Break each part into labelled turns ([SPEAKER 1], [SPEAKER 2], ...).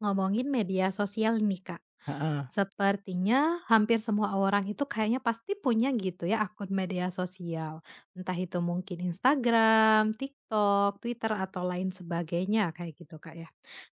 [SPEAKER 1] Ngomongin media sosial nih, Kak.
[SPEAKER 2] Heeh.
[SPEAKER 1] Sepertinya hampir semua orang itu kayaknya pasti punya gitu ya akun media sosial. Entah itu mungkin Instagram, TikTok, Twitter, atau lain sebagainya kayak gitu, Kak, ya.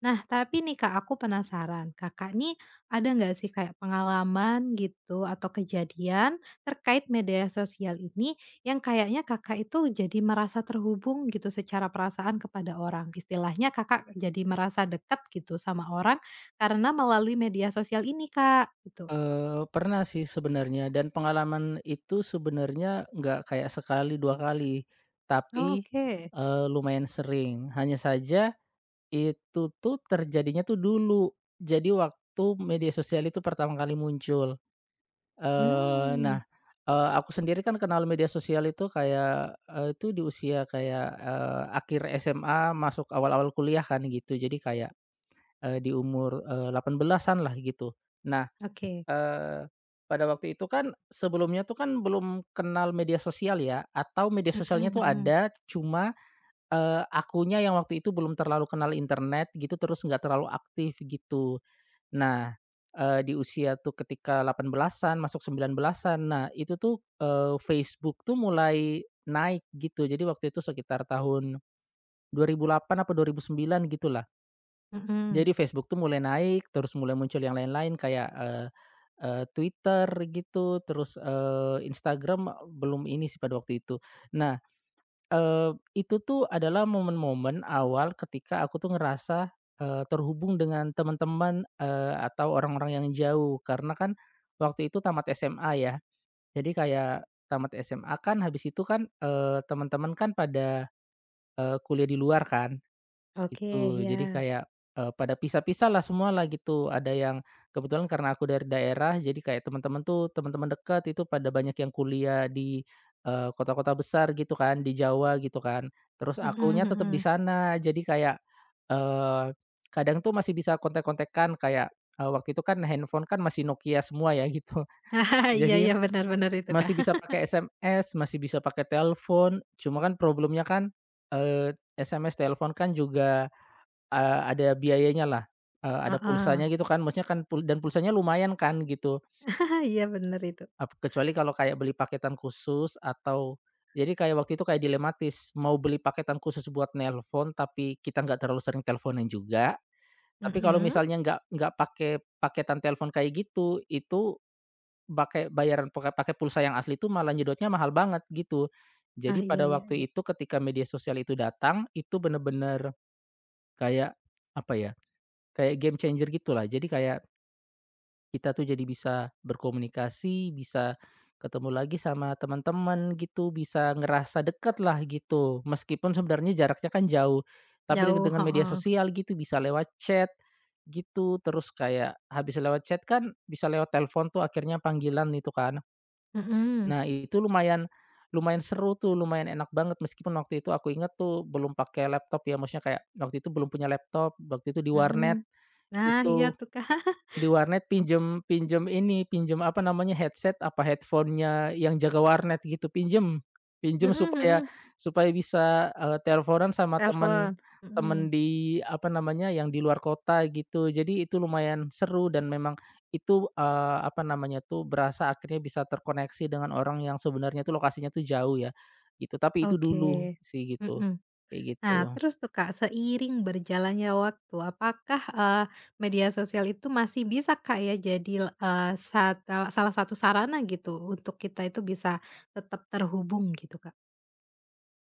[SPEAKER 1] Nah, tapi nih, Kak, aku penasaran. Kakak nih ada nggak sih kayak pengalaman gitu atau kejadian terkait media sosial ini yang kayaknya Kakak itu jadi merasa terhubung gitu secara perasaan kepada orang. Istilahnya Kakak jadi merasa dekat gitu sama orang karena melalui media sosial ini, Kak, gitu.
[SPEAKER 2] Pernah sih sebenarnya dan pengalaman itu sebenarnya nggak kayak sekali, 2 kali, tapi,
[SPEAKER 1] Oke.
[SPEAKER 2] eee, lumayan sering. Hanya saja itu tuh terjadinya tuh dulu. Jadi waktu media sosial itu pertama kali muncul, eee,
[SPEAKER 1] Mmm,
[SPEAKER 2] nah, aku sendiri kan kenal media sosial itu kayak, itu di usia kayak, akhir SMA masuk awal-awal kuliah kan gitu. Jadi kayak, di umur, 18-an lah gitu. Nah
[SPEAKER 1] oke.
[SPEAKER 2] Eee, pada waktu itu kan sebelumnya tuh kan belum kenal media sosial ya, atau media
[SPEAKER 1] Mhm
[SPEAKER 2] sosialnya tuh
[SPEAKER 1] mhm.
[SPEAKER 2] ada, cuma, akunya yang waktu itu belum terlalu kenal internet gitu, terus nggak terlalu aktif gitu. Nah, di usia tuh ketika 18-an masuk 19-an, nah itu tuh, Facebook tuh mulai naik gitu. Jadi waktu itu sekitar tahun 2008 apa 2009 gitulah.
[SPEAKER 1] Mhm.
[SPEAKER 2] Jadi Facebook tuh mulai naik, terus mulai muncul yang lain-lain kayak, eee eee, Twitter gitu, terus, Instagram eh, belum ini sih pada waktu itu. Nah, eee, itu tuh adalah momen-momen awal ketika aku tuh ngerasa, terhubung dengan teman-teman, atau orang-orang yang jauh. Karena kan waktu itu tamat SMA ya, jadi kayak tamat SMA kan habis itu kan, teman-teman kan pada, kuliah di luar kan.
[SPEAKER 1] Oke,
[SPEAKER 2] Gitu,
[SPEAKER 1] iya.
[SPEAKER 2] jadi kayak, pada pisah-pisah lah semualah gitu. Ada yang kebetulan karena aku dari daerah, jadi kayak teman-teman tuh, teman-teman dekat itu pada banyak yang kuliah di, kota-kota besar gitu kan, di Jawa gitu kan. Terus
[SPEAKER 1] Mhm
[SPEAKER 2] akunya tetap di
[SPEAKER 1] mhm.
[SPEAKER 2] sana, jadi kayak, eee, kadang tuh masih bisa kontak-kontakan kayak, waktu itu kan handphone kan masih Nokia semua ya gitu.
[SPEAKER 1] Iya
[SPEAKER 2] Jadi
[SPEAKER 1] iya, benar benar itu, Kak.
[SPEAKER 2] masih bisa pakai SMS, masih bisa pakai telepon, cuma kan problemnya kan, SMS, telepon kan juga ada biayanyalah, ada
[SPEAKER 1] Heeh.
[SPEAKER 2] pulsanya gitu kan, maksudnya kan pulsanya lumayan kan gitu,
[SPEAKER 1] Iya benar itu.
[SPEAKER 2] kecuali kalau kayak beli paketan khusus atau jadi kayak waktu itu kayak dilematis, mau beli paketan khusus buat nelpon, tapi kita nggak terlalu sering teleponan juga, tapi kalau
[SPEAKER 1] Mhm.
[SPEAKER 2] misalnya nggak pakai paketan telepon kayak gitu, itu pakai bayaran pakai pakai pulsa yang asli itu malah nyedotnya mahal banget gitu.
[SPEAKER 1] Ah,
[SPEAKER 2] Jadi
[SPEAKER 1] iya
[SPEAKER 2] pada
[SPEAKER 1] iya
[SPEAKER 2] waktu
[SPEAKER 1] iya.
[SPEAKER 2] itu ketika media sosial itu datang, itu bener-bener kayak, apa ya, kayak game changer gitulah. Jadi kayak kita tuh jadi bisa berkomunikasi, bisa ketemu lagi sama teman-teman gitu, bisa ngerasa dekat lah gitu. Meskipun sebenarnya jaraknya kan jauh, tapi
[SPEAKER 1] Jauh,
[SPEAKER 2] dengan media
[SPEAKER 1] heeh.
[SPEAKER 2] sosial gitu bisa lewat chat gitu, terus kayak habis lewat chat kan bisa lewat telepon tuh akhirnya panggilan itu kan.
[SPEAKER 1] Mhm.
[SPEAKER 2] Nah itu lumayan lumayan seru tuh, lumayan enak banget meskipun waktu itu aku inget tuh belum pakai laptop ya, maksudnya kayak waktu itu belum punya laptop, waktu
[SPEAKER 1] Mhm. Nah, iya
[SPEAKER 2] itu
[SPEAKER 1] tuh, Kak.
[SPEAKER 2] di warnet pinjam pinjam ini, pinjam apa namanya, headset apa headphone-nya yang jaga warnet gitu, pinjam. Pinjam
[SPEAKER 1] Mhm
[SPEAKER 2] supaya
[SPEAKER 1] mhm.
[SPEAKER 2] supaya bisa, teleponan sama temen
[SPEAKER 1] Telepon,
[SPEAKER 2] temen
[SPEAKER 1] mhm,
[SPEAKER 2] di apa namanya, yang di luar kota gitu. Jadi itu lumayan seru dan memang itu, apa namanya tuh, berasa akhirnya bisa terkoneksi dengan orang yang sebenarnya tuh lokasinya tuh jauh ya, gitu. Tapi itu
[SPEAKER 1] oke,
[SPEAKER 2] dulu sih gitu,
[SPEAKER 1] mhm.
[SPEAKER 2] kayak
[SPEAKER 1] Nah,
[SPEAKER 2] gitu.
[SPEAKER 1] terus tuh, Kak, seiring berjalannya waktu, apakah, media sosial itu masih bisa, Kak, ya, jadi, eee, sat salah satu sarana gitu untuk kita itu bisa tetap terhubung gitu, Kak?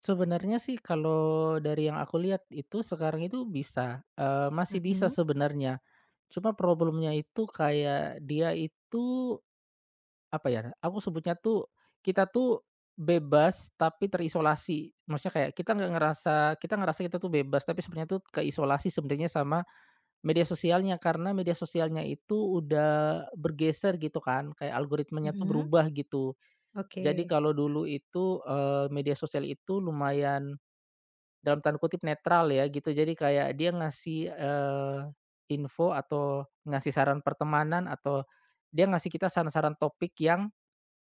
[SPEAKER 2] Sebenarnya sih kalau dari yang aku lihat itu sekarang itu bisa, masih bisa
[SPEAKER 1] Mhm
[SPEAKER 2] sebenarnya. Cuma problemnya itu kayak dia itu, apa ya, aku sebutnya tuh, kita tuh bebas tapi terisolasi. Maksudnya kayak kita nggak ngerasa kita ngerasa kita tuh bebas, tapi sebenarnya tuh keisolasi sebenarnya sama media sosialnya. Karena media sosialnya itu udah bergeser gitu kan, kayak algoritmanya tuh
[SPEAKER 1] mhm,
[SPEAKER 2] berubah gitu.
[SPEAKER 1] oke
[SPEAKER 2] Jadi kalau dulu itu, media sosial itu lumayan dalam tanda kutip netral ya gitu. Jadi kayak dia ngasih, info atau ngasih saran pertemanan atau dia ngasih kita saran-saran topik yang,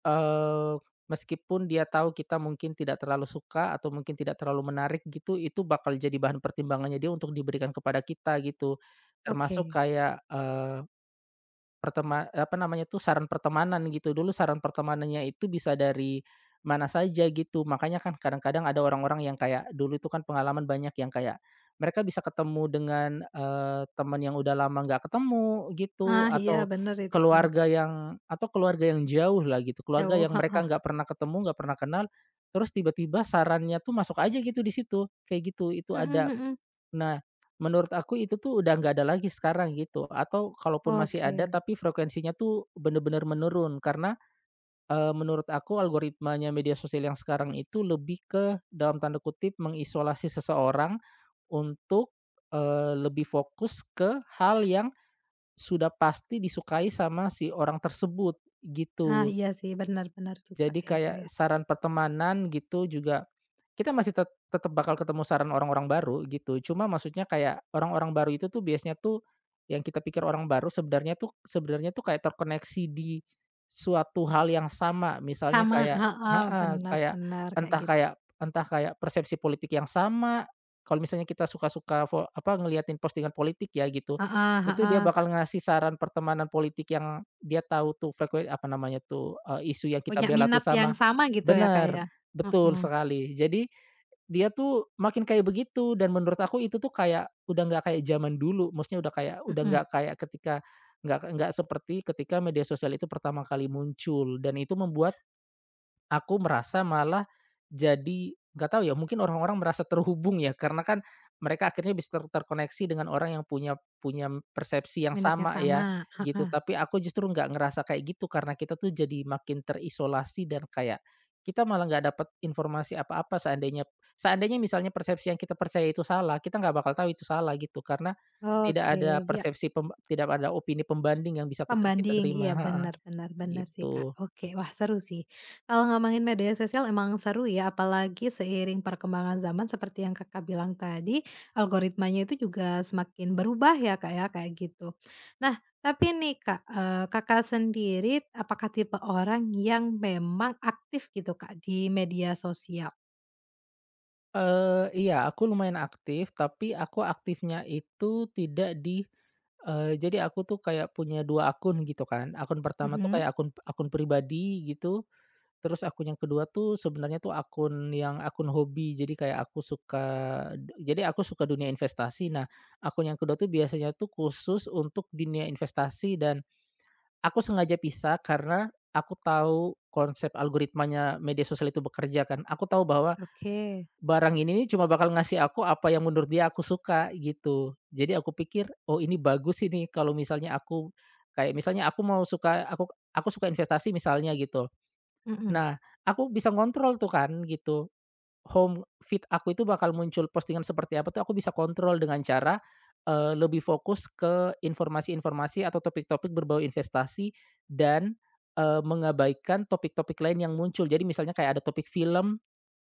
[SPEAKER 2] eee, meskipun dia tahu kita mungkin tidak terlalu suka atau mungkin tidak terlalu menarik gitu, itu bakal jadi bahan pertimbangannya dia untuk diberikan kepada kita gitu. Termasuk
[SPEAKER 1] oke.
[SPEAKER 2] kayak, eee Pertema apa namanya tuh, saran pertemanan gitu. Dulu saran pertemanannya itu bisa dari mana saja gitu. Makanya kan kadang-kadang ada orang-orang yang kayak dulu itu kan pengalaman banyak yang kayak mereka bisa ketemu dengan, teman yang udah lama nggak ketemu
[SPEAKER 1] Ah,
[SPEAKER 2] gitu,
[SPEAKER 1] iya
[SPEAKER 2] atau
[SPEAKER 1] bener itu, Kak,
[SPEAKER 2] keluarga yang jauh lah gitu, keluarga
[SPEAKER 1] jauh
[SPEAKER 2] yang mereka
[SPEAKER 1] heeh,
[SPEAKER 2] nggak pernah ketemu, nggak pernah kenal, terus tiba-tiba sarannya tuh masuk aja gitu di situ, kayak gitu, itu
[SPEAKER 1] mhm
[SPEAKER 2] ada.
[SPEAKER 1] mhm,
[SPEAKER 2] Nah, menurut aku itu tuh udah nggak ada lagi sekarang gitu atau kalaupun masih ada
[SPEAKER 1] oke.
[SPEAKER 2] tapi frekuensinya tuh bener-bener menurun karena, menurut aku algoritmanya media sosial yang sekarang itu lebih ke dalam tanda kutip mengisolasi seseorang untuk, lebih fokus ke hal yang sudah pasti disukai sama si orang tersebut,
[SPEAKER 1] Ah,
[SPEAKER 2] gitu.
[SPEAKER 1] iya sih, bener bener juga
[SPEAKER 2] Jadi
[SPEAKER 1] ya, Kak,
[SPEAKER 2] kayak
[SPEAKER 1] ya.
[SPEAKER 2] saran pertemanan gitu juga, kita masih tetep bakal ketemu saran orang-orang baru gitu, cuma maksudnya kayak orang-orang baru itu tuh biasanya tuh yang kita pikir orang baru sebenarnya tuh kayak terkoneksi di suatu hal yang sama. Misalnya
[SPEAKER 1] Sama
[SPEAKER 2] kayak
[SPEAKER 1] heeh,
[SPEAKER 2] heeh,
[SPEAKER 1] bener
[SPEAKER 2] kayak
[SPEAKER 1] bener kayak
[SPEAKER 2] entah
[SPEAKER 1] gitu.
[SPEAKER 2] kayak entah kayak persepsi politik yang sama, kalau misalnya kita ngeliatin postingan politik ya gitu,
[SPEAKER 1] Heeh
[SPEAKER 2] itu dia
[SPEAKER 1] heeh.
[SPEAKER 2] bakal ngasih saran pertemanan politik yang dia tahu tuh frekuensi apa namanya tuh, isu yang kita
[SPEAKER 1] Punya
[SPEAKER 2] bela tuh
[SPEAKER 1] minat yang
[SPEAKER 2] sama.
[SPEAKER 1] sama gitu ya, Kak,
[SPEAKER 2] Bener,
[SPEAKER 1] ya?
[SPEAKER 2] betul
[SPEAKER 1] Heeh,
[SPEAKER 2] sekali. Jadi, dia tuh makin kayak begitu dan menurut aku itu tuh kayak udah nggak kayak zaman dulu, maksudnya udah kayak udah
[SPEAKER 1] mhm,
[SPEAKER 2] nggak kayak ketika nggak seperti ketika media sosial itu pertama kali muncul dan itu membuat aku merasa malah jadi nggak tahu ya, mungkin orang-orang merasa terhubung ya, karena kan mereka akhirnya bisa terkoneksi dengan orang yang punya punya persepsi yang
[SPEAKER 1] minat yang
[SPEAKER 2] sama
[SPEAKER 1] sama,
[SPEAKER 2] ya, gitu.
[SPEAKER 1] heeh,
[SPEAKER 2] Tapi aku justru nggak ngerasa kayak gitu, karena kita tuh jadi makin terisolasi dan kayak kita malah nggak dapat informasi apa-apa seandainya seandainya misalnya persepsi yang kita percaya itu salah, kita nggak bakal tahu itu salah gitu, karena
[SPEAKER 1] oke, ya,
[SPEAKER 2] tidak ada opini pembanding yang bisa kita
[SPEAKER 1] pembanding, iya
[SPEAKER 2] terima heeh,
[SPEAKER 1] benar benar benar sih, Kak,
[SPEAKER 2] gitu.
[SPEAKER 1] oke, wah seru sih. Kalau ngomongin media sosial emang seru ya, apalagi seiring perkembangan zaman seperti yang Kakak bilang tadi, algoritmanya itu juga semakin berubah ya, Kak, ya, kayak gitu. Nah, tapi nih, Kak, Kakak sendiri apakah tipe orang yang memang aktif gitu, Kak, di media sosial?
[SPEAKER 2] Iya aku lumayan aktif, tapi aku aktifnya itu tidak di jadi aku tuh kayak punya 2 akun gitu kan. Akun pertama tuh
[SPEAKER 1] Mhm,
[SPEAKER 2] kayak akun akun pribadi gitu, terus akun yang kedua tuh sebenarnya tuh akun yang akun hobi. Jadi kayak aku suka d jadi aku suka dunia investasi. Nah, akun yang kedua tuh biasanya tuh khusus untuk dunia investasi dan aku sengaja pisah karena aku tahu konsep algoritmanya media sosial itu bekerja kan. Aku tahu bahwa
[SPEAKER 1] oke.
[SPEAKER 2] barang ini nih cuma bakal ngasih aku apa yang menurut dia aku suka gitu. Jadi aku pikir, "Oh ini bagus ini kalau misalnya aku", kayak misalnya aku suka investasi misalnya gitu.
[SPEAKER 1] Mhm,
[SPEAKER 2] Nah, aku bisa kontrol tuh kan gitu, home feed aku itu bakal muncul postingan seperti apa tuh aku bisa kontrol dengan cara, lebih fokus ke informasi-informasi atau topik-topik berbau investasi dan, mengabaikan topik-topik lain yang muncul. Jadi misalnya kayak ada topik film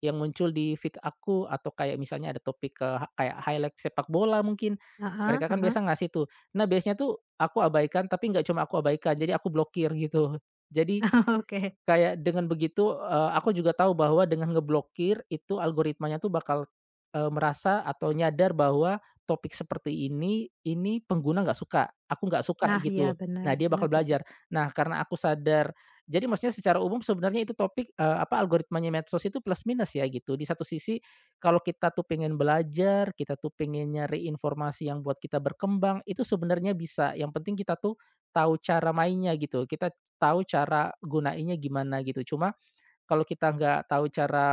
[SPEAKER 2] yang muncul di feed aku atau kayak misalnya ada topik, ke kayak highlight sepak bola mungkin,
[SPEAKER 1] heeh
[SPEAKER 2] mereka kan
[SPEAKER 1] heeh,
[SPEAKER 2] biasa ngasih tuh. Nah biasanya tuh aku abaikan, tapi nggak cuma aku abaikan, jadi aku blokir gitu. Jadi
[SPEAKER 1] oke.
[SPEAKER 2] kayak dengan begitu, aku juga tahu bahwa dengan ngeblokir itu algoritmanya tuh bakal, merasa atau nyadar bahwa topik seperti ini pengguna nggak suka, aku nggak suka
[SPEAKER 1] Ah, iya
[SPEAKER 2] gitu.
[SPEAKER 1] benar,
[SPEAKER 2] Nah, dia
[SPEAKER 1] benar
[SPEAKER 2] bakal
[SPEAKER 1] sih Kak,
[SPEAKER 2] belajar. Nah, karena aku sadar jadi maksudnya secara umum sebenarnya itu algoritmanya medsos itu plus minus ya gitu. Di satu sisi kalau kita tuh pengen belajar, kita tuh pengen nyari informasi yang buat kita berkembang, itu sebenarnya bisa, yang penting kita tuh tahu cara mainnya gitu. Kita tahu cara gunainnya gimana gitu. Cuma kalau kita nggak tahu cara,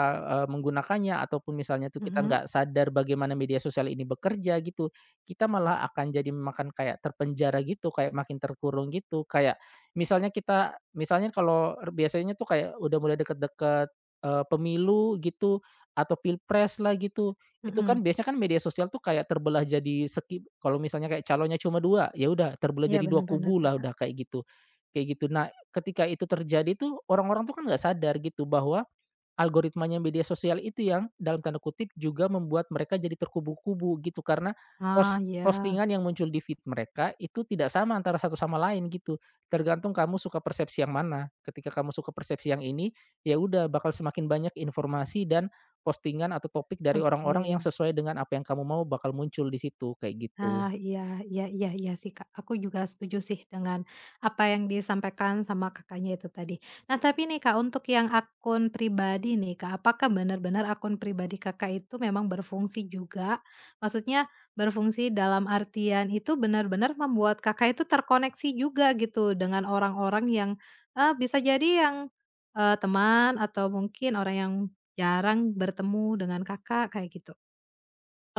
[SPEAKER 2] menggunakannya ataupun misalnya tuh kita
[SPEAKER 1] mhm
[SPEAKER 2] nggak sadar bagaimana media sosial ini bekerja gitu, kita malah akan jadi makan kayak terpenjara gitu, kayak makin terkurung gitu. Kayak misalnya kalau biasanya tuh kayak udah mulai deket-deket, pemilu gitu atau pilpres lah gitu, itu kan
[SPEAKER 1] mhm,
[SPEAKER 2] biasanya kan media sosial tuh kayak terbelah jadi seki kalau misalnya kayak calonnya cuma 2, ya udah terbelah
[SPEAKER 1] iya
[SPEAKER 2] jadi 2
[SPEAKER 1] benar, benar
[SPEAKER 2] kubu
[SPEAKER 1] sih
[SPEAKER 2] lah
[SPEAKER 1] Kak,
[SPEAKER 2] udah kayak gitu kayak gitu. Nah ketika itu terjadi tuh orang-orang tuh kan nggak sadar gitu bahwa algoritmanya media sosial itu yang dalam tanda kutip juga membuat mereka jadi terkubu-kubu gitu karena
[SPEAKER 1] ah, iya,
[SPEAKER 2] postingan yang muncul di feed mereka itu tidak sama antara satu sama lain gitu. Tergantung kamu suka persepsi yang mana. Ketika kamu suka persepsi yang ini, ya udah bakal semakin banyak informasi dan postingan atau topik dari orang-orang yang
[SPEAKER 1] oke.
[SPEAKER 2] sesuai dengan apa yang kamu mau bakal muncul di situ, kayak gitu.
[SPEAKER 1] Ah, iya iya iya iya sih, Kak. Aku juga setuju sih dengan apa yang disampaikan sama Kakaknya itu tadi. Nah, tapi nih, Kak, untuk yang akun pribadi nih, Kak, apakah benar-benar akun pribadi Kakak itu memang berfungsi juga? Maksudnya berfungsi dalam artian itu benar-benar membuat Kakak itu terkoneksi juga gitu dengan orang-orang yang, bisa jadi yang, teman atau mungkin orang yang jarang bertemu dengan Kakak, kayak gitu?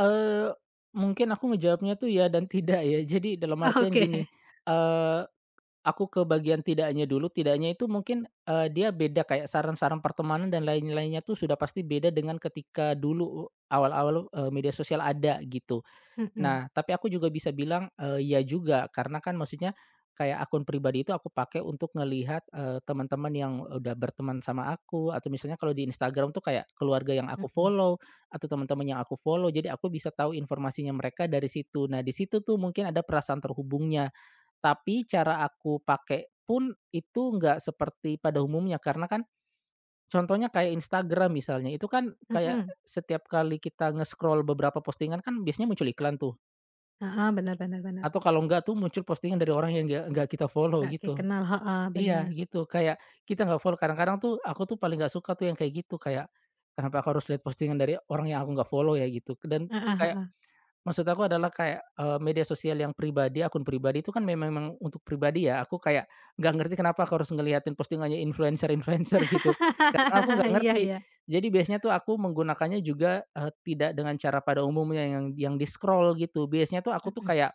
[SPEAKER 2] Eee, Mungkin aku ngejawabnya tuh ya dan tidak ya. Jadi dalam artian
[SPEAKER 1] Oke.
[SPEAKER 2] gini, eee, aku ke bagian tidaknya dulu, tidaknya itu mungkin, dia beda kayak saran-saran pertemanan dan lain-lainnya tuh sudah pasti beda dengan ketika dulu awal-awal, media sosial ada gitu.
[SPEAKER 1] Mhm
[SPEAKER 2] Nah, tapi aku juga bisa bilang, iya juga karena kan maksudnya kayak akun pribadi itu aku pakai untuk ngelihat, teman-teman yang udah berteman sama aku atau misalnya kalau di Instagram tuh kayak keluarga yang aku
[SPEAKER 1] mhm
[SPEAKER 2] follow atau teman-teman yang aku follow, jadi aku bisa tahu informasinya mereka dari situ. Nah, di situ tuh mungkin ada perasaan terhubungnya, tapi cara aku pakai pun itu nggak seperti pada umumnya karena kan contohnya kayak Instagram misalnya, itu kan kayak
[SPEAKER 1] mhm.
[SPEAKER 2] setiap kali kita nge-scroll beberapa postingan kan biasanya muncul iklan tuh.
[SPEAKER 1] Heeh, bener bener bener.
[SPEAKER 2] Atau kalau enggak tuh muncul postingan dari orang yang nggak kita follow
[SPEAKER 1] Nggak
[SPEAKER 2] gitu.
[SPEAKER 1] kenal, heeh,
[SPEAKER 2] Iya
[SPEAKER 1] bener.
[SPEAKER 2] gitu, kayak kita nggak follow kadang-kadang tuh aku tuh paling nggak suka tuh yang kayak gitu, kayak kenapa aku harus lihat postingan dari orang yang aku nggak follow ya gitu. Dan
[SPEAKER 1] Heeh
[SPEAKER 2] kayak
[SPEAKER 1] heeh.
[SPEAKER 2] maksud aku adalah kayak, media sosial yang pribadi, akun pribadi itu kan memang memang untuk pribadi ya, aku kayak nggak ngerti kenapa aku harus ngeliatin postingannya influencer-influencer gitu. Kadang aku nggak
[SPEAKER 1] Iya
[SPEAKER 2] ngerti.
[SPEAKER 1] iya.
[SPEAKER 2] Jadi biasanya tuh aku menggunakannya juga, tidak dengan cara pada umumnya yang di-scroll gitu. Biasanya tuh aku tuh
[SPEAKER 1] Mhm
[SPEAKER 2] kayak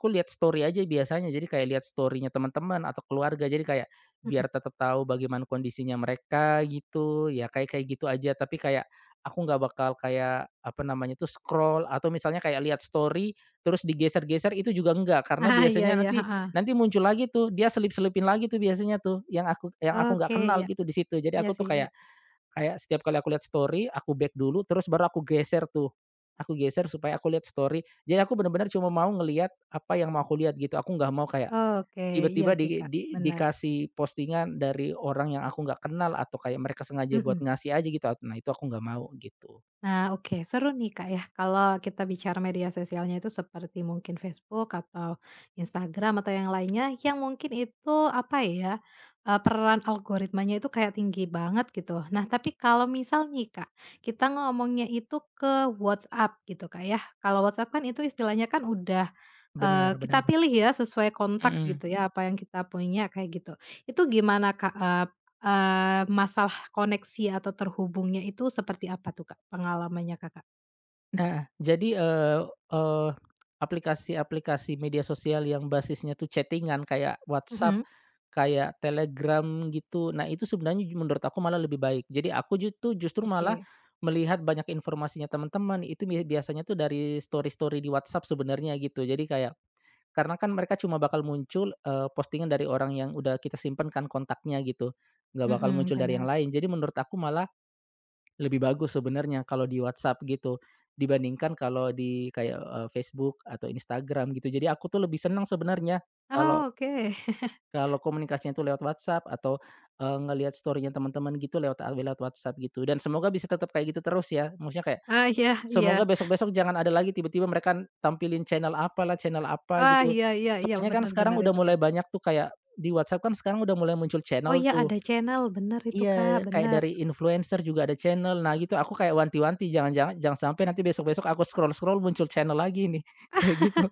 [SPEAKER 2] aku lihat story aja biasanya, jadi kayak lihat story-nya teman-teman atau keluarga, jadi kayak
[SPEAKER 1] mhm.
[SPEAKER 2] biar tetap tahu bagaimana kondisinya mereka gitu, ya kayak kayak gitu aja. Tapi kayak aku nggak bakal kayak, apa namanya tuh, scroll atau misalnya kayak lihat story terus digeser-geser itu juga enggak, karena
[SPEAKER 1] Ah, iya
[SPEAKER 2] biasanya
[SPEAKER 1] iya,
[SPEAKER 2] nanti
[SPEAKER 1] heeh.
[SPEAKER 2] nanti muncul lagi tuh, dia selip-selipin lagi tuh biasanya tuh, yang aku nggak
[SPEAKER 1] Oke,
[SPEAKER 2] kenal
[SPEAKER 1] iya.
[SPEAKER 2] gitu di situ. Jadi
[SPEAKER 1] Iya
[SPEAKER 2] aku
[SPEAKER 1] sih,
[SPEAKER 2] tuh
[SPEAKER 1] iya.
[SPEAKER 2] kayak kayak setiap kali aku lihat story, aku back dulu, terus baru aku geser tuh. Aku geser supaya aku lihat story. Jadi aku benar-benar cuma mau ngelihat apa yang mau aku lihat gitu. Aku nggak mau kayak
[SPEAKER 1] Oke, iya
[SPEAKER 2] tiba-tiba
[SPEAKER 1] sih, Kak,
[SPEAKER 2] di
[SPEAKER 1] bener.
[SPEAKER 2] dikasih postingan dari orang yang aku nggak kenal atau kayak mereka sengaja buat
[SPEAKER 1] Mhm.
[SPEAKER 2] ngasih aja gitu. Nah itu aku nggak mau gitu.
[SPEAKER 1] Nah, oke, seru nih, Kak, ya, kalau kita bicara media sosialnya itu seperti mungkin Facebook atau Instagram atau yang lainnya yang mungkin itu, apa ya, peran algoritmanya itu kayak tinggi banget gitu. Nah, tapi kalau misal nih, Kak, kita ngomongnya itu ke WhatsApp gitu, Kak, ya. Kalau WhatsApp kan itu istilahnya kan udah, kita
[SPEAKER 2] Benar-benar
[SPEAKER 1] pilih ya sesuai kontak gitu ya, apa yang kita punya kayak gitu. Itu gimana, Kak, eee Eee, masalah koneksi atau terhubungnya itu seperti apa tuh, Kak, pengalamannya Kakak?
[SPEAKER 2] nah, jadi, eee eee, aplikasi-aplikasi media sosial yang basisnya tuh chattingan kayak WhatsApp,
[SPEAKER 1] Mhm,
[SPEAKER 2] kayak Telegram gitu. Nah, itu sebenarnya menurut aku malah lebih baik. Jadi aku justru malah
[SPEAKER 1] oke.
[SPEAKER 2] melihat banyak informasinya teman-teman, itu biasanya tuh dari story-story di WhatsApp sebenarnya gitu. Jadi kayak karena kan mereka cuma bakal muncul, postingan dari orang yang udah kita simpen kan kontaknya gitu, nggak bakal
[SPEAKER 1] Mhm,
[SPEAKER 2] muncul dari yang
[SPEAKER 1] benar.
[SPEAKER 2] lain. Jadi menurut aku malah lebih bagus sebenarnya kalau di WhatsApp gitu, dibandingkan kalau di kayak, Facebook atau Instagram gitu. Jadi aku tuh lebih senang sebenarnya kalau
[SPEAKER 1] Oh, oke.
[SPEAKER 2] kalau komunikasinya tuh lewat WhatsApp atau, ngelihat story-nya teman-teman gitu lewat WhatsApp gitu. Dan semoga bisa tetap kayak gitu terus ya, maksudnya kayak
[SPEAKER 1] Ah, iya
[SPEAKER 2] semoga
[SPEAKER 1] iya.
[SPEAKER 2] besok-besok jangan ada lagi tiba-tiba mereka tampilin channel apalah, channel apa
[SPEAKER 1] Ah,
[SPEAKER 2] gitu.
[SPEAKER 1] iya iya iya,
[SPEAKER 2] Soalnya kan
[SPEAKER 1] bener
[SPEAKER 2] sekarang
[SPEAKER 1] bener
[SPEAKER 2] udah
[SPEAKER 1] itu,
[SPEAKER 2] mulai
[SPEAKER 1] Kak.
[SPEAKER 2] banyak tuh kayak di WhatsApp kan sekarang udah mulai muncul
[SPEAKER 1] Oh,
[SPEAKER 2] channel
[SPEAKER 1] iya
[SPEAKER 2] tuh.
[SPEAKER 1] ada channel, bener itu,
[SPEAKER 2] Iya,
[SPEAKER 1] Kak,
[SPEAKER 2] kayak
[SPEAKER 1] bener.
[SPEAKER 2] dari influencer juga ada channel. Nah gitu aku kayak wanti-wanti jangan sampai nanti besok-besok aku scroll-scroll muncul channel lagi nih, kayak gitu.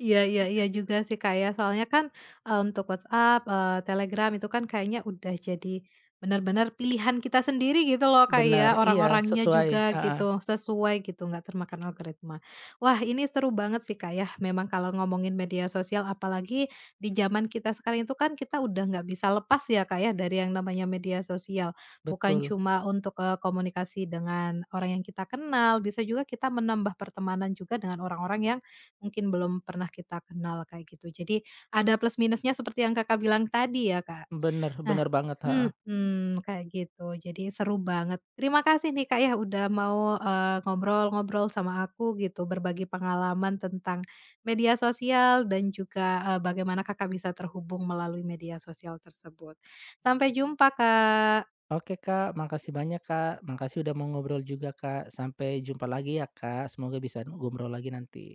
[SPEAKER 1] Iya iya iya juga sih, Kak, ya. Soalnya kan, untuk WhatsApp, Telegram itu kan kayaknya udah jadi benar-benar pilihan kita sendiri gitu loh, Kak,
[SPEAKER 2] Benar,
[SPEAKER 1] ya,
[SPEAKER 2] iya
[SPEAKER 1] orang-orangnya
[SPEAKER 2] sesuai,
[SPEAKER 1] juga
[SPEAKER 2] heeh,
[SPEAKER 1] gitu, sesuai gitu, nggak termakan algoritma. Wah, ini seru banget sih, Kak, ya, memang kalau ngomongin media sosial apalagi di zaman kita sekarang itu kan kita udah nggak bisa lepas ya, Kak, ya, dari yang namanya media sosial. Bukan
[SPEAKER 2] betul.
[SPEAKER 1] cuma untuk, komunikasi dengan orang yang kita kenal, bisa juga kita menambah pertemanan juga dengan orang-orang yang mungkin belum pernah kita kenal kayak gitu. Jadi ada plus minusnya seperti yang Kakak bilang tadi ya, Kak.
[SPEAKER 2] Bener
[SPEAKER 1] Nah
[SPEAKER 2] bener banget, heeh.
[SPEAKER 1] mhm, kayak gitu. Jadi seru banget. Terima kasih nih, Kak, ya udah mau, ngobrol-ngobrol sama aku gitu, berbagi pengalaman tentang media sosial dan juga, bagaimana Kakak bisa terhubung melalui media sosial tersebut. Sampai jumpa, Kak.
[SPEAKER 2] Oke Kak, makasih banyak Kak, makasih udah mau ngobrol juga Kak. Sampai jumpa lagi ya Kak, semoga bisa ngobrol lagi nanti.